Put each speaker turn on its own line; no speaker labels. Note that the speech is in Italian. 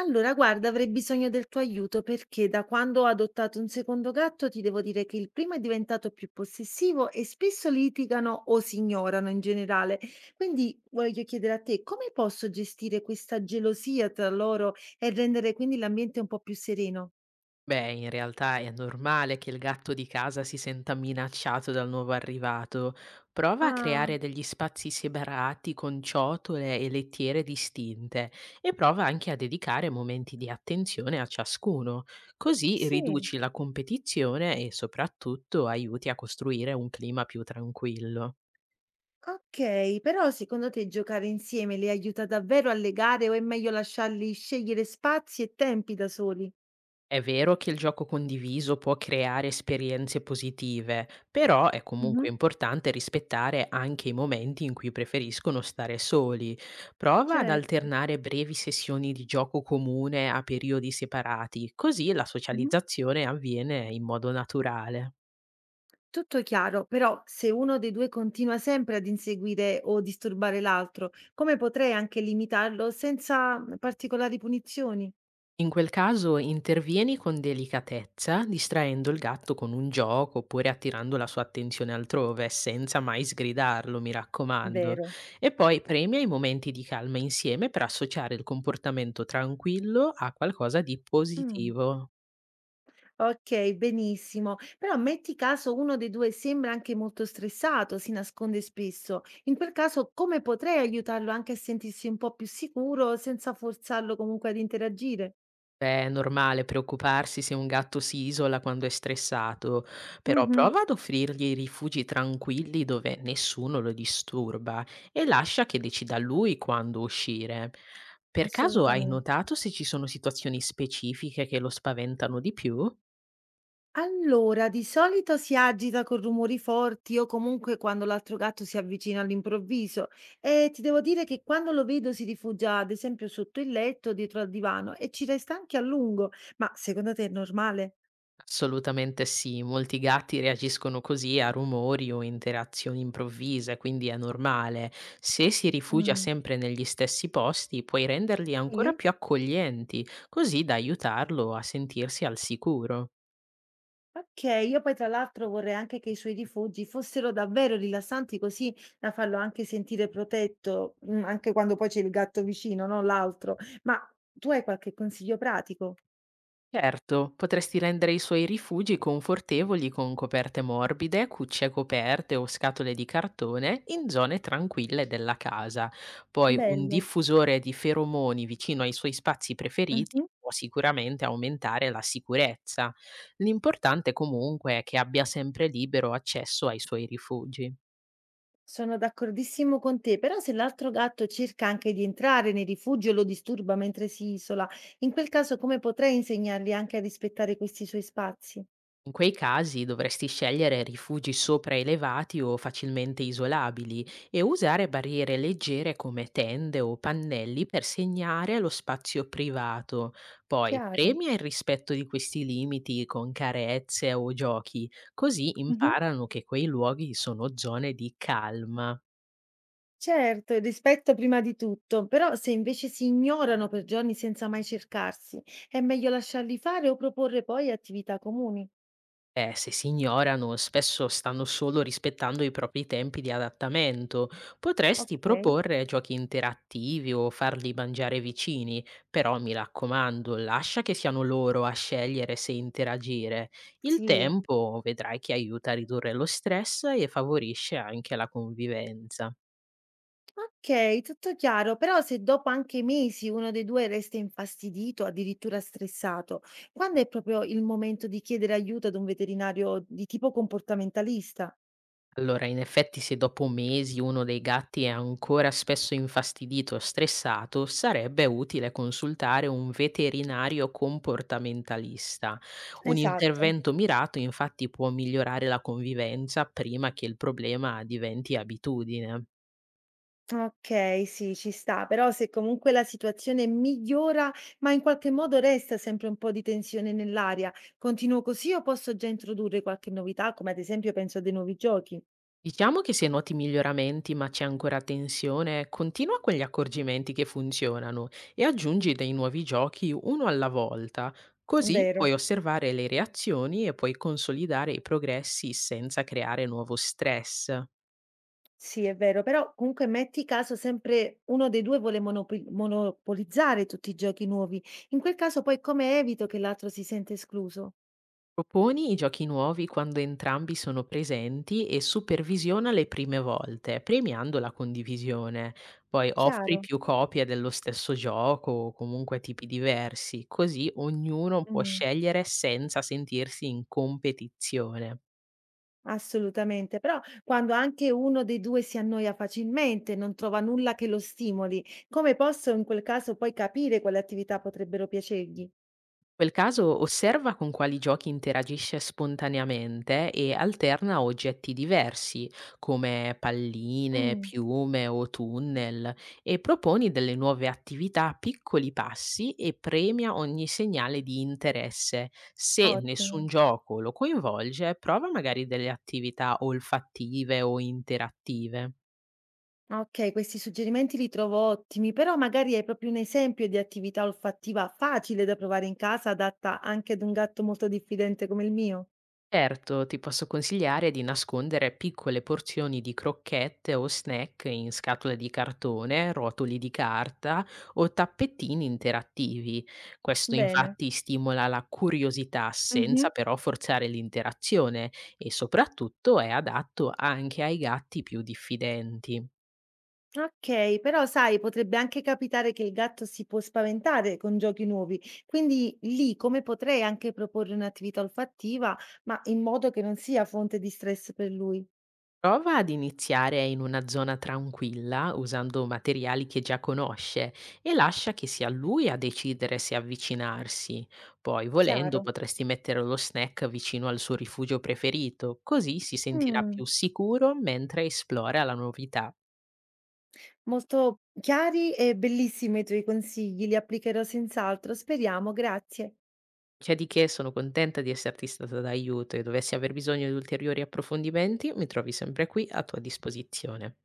Allora, guarda, avrei bisogno del tuo aiuto perché da quando ho adottato un secondo gatto ti devo dire che il primo è diventato più possessivo e spesso litigano o si ignorano in generale. Quindi voglio chiedere a te come posso gestire questa gelosia tra loro e rendere quindi l'ambiente un po' più sereno?
Beh, in realtà è normale che il gatto di casa si senta minacciato dal nuovo arrivato. Prova a
Ah,
creare degli spazi separati con ciotole e lettiere distinte e prova anche a dedicare momenti di attenzione a ciascuno. Così
sì.
riduci la competizione e soprattutto aiuti a costruire un clima più tranquillo.
Ok, però secondo te giocare insieme li aiuta davvero a legare o è meglio lasciarli scegliere spazi e tempi da soli?
È vero che il gioco condiviso può creare esperienze positive, però è comunque
Mhm,
importante rispettare anche i momenti in cui preferiscono stare soli. Prova ad
certo.
alternare brevi sessioni di gioco comune a periodi separati, così la socializzazione avviene in modo naturale.
Tutto chiaro, però se uno dei due continua sempre ad inseguire o disturbare l'altro, come potrei anche limitarlo senza particolari punizioni?
In quel caso intervieni con delicatezza, distraendo il gatto con un gioco oppure attirando la sua attenzione altrove, senza mai sgridarlo, mi raccomando.
Vero.
E poi premia i momenti di calma insieme per associare il comportamento tranquillo a qualcosa di
Mm,
positivo.
ok, benissimo. Però metti caso uno dei due sembra anche molto stressato, si nasconde spesso. In quel caso, come potrei aiutarlo anche a sentirsi un po' più sicuro senza forzarlo comunque ad interagire?
Beh, è normale preoccuparsi se un gatto si isola quando è stressato, però
Mhm,
prova ad offrirgli rifugi tranquilli dove nessuno lo disturba e lascia che decida lui quando uscire. Per caso hai
assolutamente.
notato se ci sono situazioni specifiche che lo spaventano di più?
Allora, di solito si agita con rumori forti o comunque quando l'altro gatto si avvicina all'improvviso e ti devo dire che quando lo vedo si rifugia ad esempio sotto il letto, dietro al divano e ci resta anche a lungo. Ma secondo te è normale?
Assolutamente sì, molti gatti reagiscono così a rumori o interazioni improvvise, quindi è normale. Se si rifugia
Mm.
sempre negli stessi posti, puoi renderli ancora
Sì.
più accoglienti, così da aiutarlo a sentirsi al sicuro.
Ok, io poi tra l'altro vorrei anche che i suoi rifugi fossero davvero rilassanti così da farlo anche sentire protetto, anche quando poi c'è il gatto vicino, non l'altro. Ma tu hai qualche consiglio pratico?
Certo, potresti rendere i suoi rifugi confortevoli con coperte morbide, cucce coperte o scatole di cartone in zone tranquille della casa. Poi un
Bello.
diffusore di feromoni vicino ai suoi spazi preferiti
Mhm.
può sicuramente aumentare la sicurezza. L'importante comunque è che abbia sempre libero accesso ai suoi rifugi.
Sono d'accordissimo con te, però se l'altro gatto cerca anche di entrare nei rifugio e lo disturba mentre si isola, in quel caso come potrei insegnargli anche a rispettare questi suoi spazi?
In quei casi dovresti scegliere rifugi sopraelevati o facilmente isolabili e usare barriere leggere come tende o pannelli per segnare lo spazio privato. Poi
Chiaro?
premia il rispetto di questi limiti con carezze o giochi, così
Mhm.
imparano che quei luoghi sono zone di calma.
Certo, il rispetto prima di tutto, però se invece si ignorano per giorni senza mai cercarsi, è meglio lasciarli fare o proporre poi attività comuni.
Se si ignorano, spesso stanno solo rispettando i propri tempi di adattamento. Potresti
Ok?
proporre giochi interattivi o farli mangiare vicini, però mi raccomando, lascia che siano loro a scegliere se interagire. Il
Sì.
tempo vedrai che aiuta a ridurre lo stress e favorisce anche la convivenza.
Okay, tutto chiaro, però se dopo anche mesi uno dei 2 resta infastidito, addirittura stressato, quando è proprio il momento di chiedere aiuto ad un veterinario di tipo comportamentalista?
Allora, in effetti, se dopo mesi uno dei gatti è ancora spesso infastidito o stressato, sarebbe utile consultare un veterinario comportamentalista. Un
Esatto.
intervento mirato, infatti, può migliorare la convivenza prima che il problema diventi abitudine.
Okay, sì, ci sta, però se comunque la situazione migliora, ma in qualche modo resta sempre un po' di tensione nell'aria, continuo così o posso già introdurre qualche novità, come ad esempio penso a dei nuovi giochi?
Diciamo che se noti miglioramenti ma c'è ancora tensione, continua con gli accorgimenti che funzionano e aggiungi dei nuovi giochi uno alla volta, così puoi
Vero.
osservare le reazioni e puoi consolidare i progressi senza creare nuovo stress.
Sì, è vero, però comunque metti caso sempre uno dei 2 vuole monopi monopolizzare tutti i giochi nuovi. In quel caso poi come evito che l'altro si senta escluso?
Proponi i giochi nuovi quando entrambi sono presenti e supervisiona le prime volte, premiando la condivisione. Poi offri
Chiaro?
più copie dello stesso gioco o comunque tipi diversi, così ognuno può
Mh,
scegliere senza sentirsi in competizione.
assolutamente. Però quando anche uno dei 2 si annoia facilmente, non trova nulla che lo stimoli, come posso in quel caso poi capire quali attività potrebbero piacergli?
Quel caso osserva con quali giochi interagisce spontaneamente e alterna oggetti diversi come palline,
Mh,
piume o tunnel e proponi delle nuove attività a piccoli passi e premia ogni segnale di interesse. Se nessun
ottimo.
gioco lo coinvolge, prova magari delle attività olfattive o interattive.
Okay, questi suggerimenti li trovo ottimi, però magari hai proprio un esempio di attività olfattiva facile da provare in casa, adatta anche ad un gatto molto diffidente come il mio?
Certo, ti posso consigliare di nascondere piccole porzioni di crocchette o snack in scatole di cartone, rotoli di carta o tappetini interattivi. Questo
Bene.
infatti stimola la curiosità
Mh-mh.
senza però forzare l'interazione e soprattutto è adatto anche ai gatti più diffidenti.
Okay, però sai, potrebbe anche capitare che il gatto si può spaventare con giochi nuovi, quindi lì come potrei anche proporre un'attività olfattiva, ma in modo che non sia fonte di stress per lui.
Prova ad iniziare in una zona tranquilla usando materiali che già conosce e lascia che sia lui a decidere se avvicinarsi. Poi, volendo,
Chiaro?
potresti mettere lo snack vicino al suo rifugio preferito, così si sentirà
Mh,
più sicuro mentre esplora la novità.
molto chiari e bellissimi i tuoi consigli, li applicherò senz'altro, speriamo, grazie.
C'è di che, sono contenta di esserti stata d'aiuto e dovessi aver bisogno di ulteriori approfondimenti, mi trovi sempre qui a tua disposizione.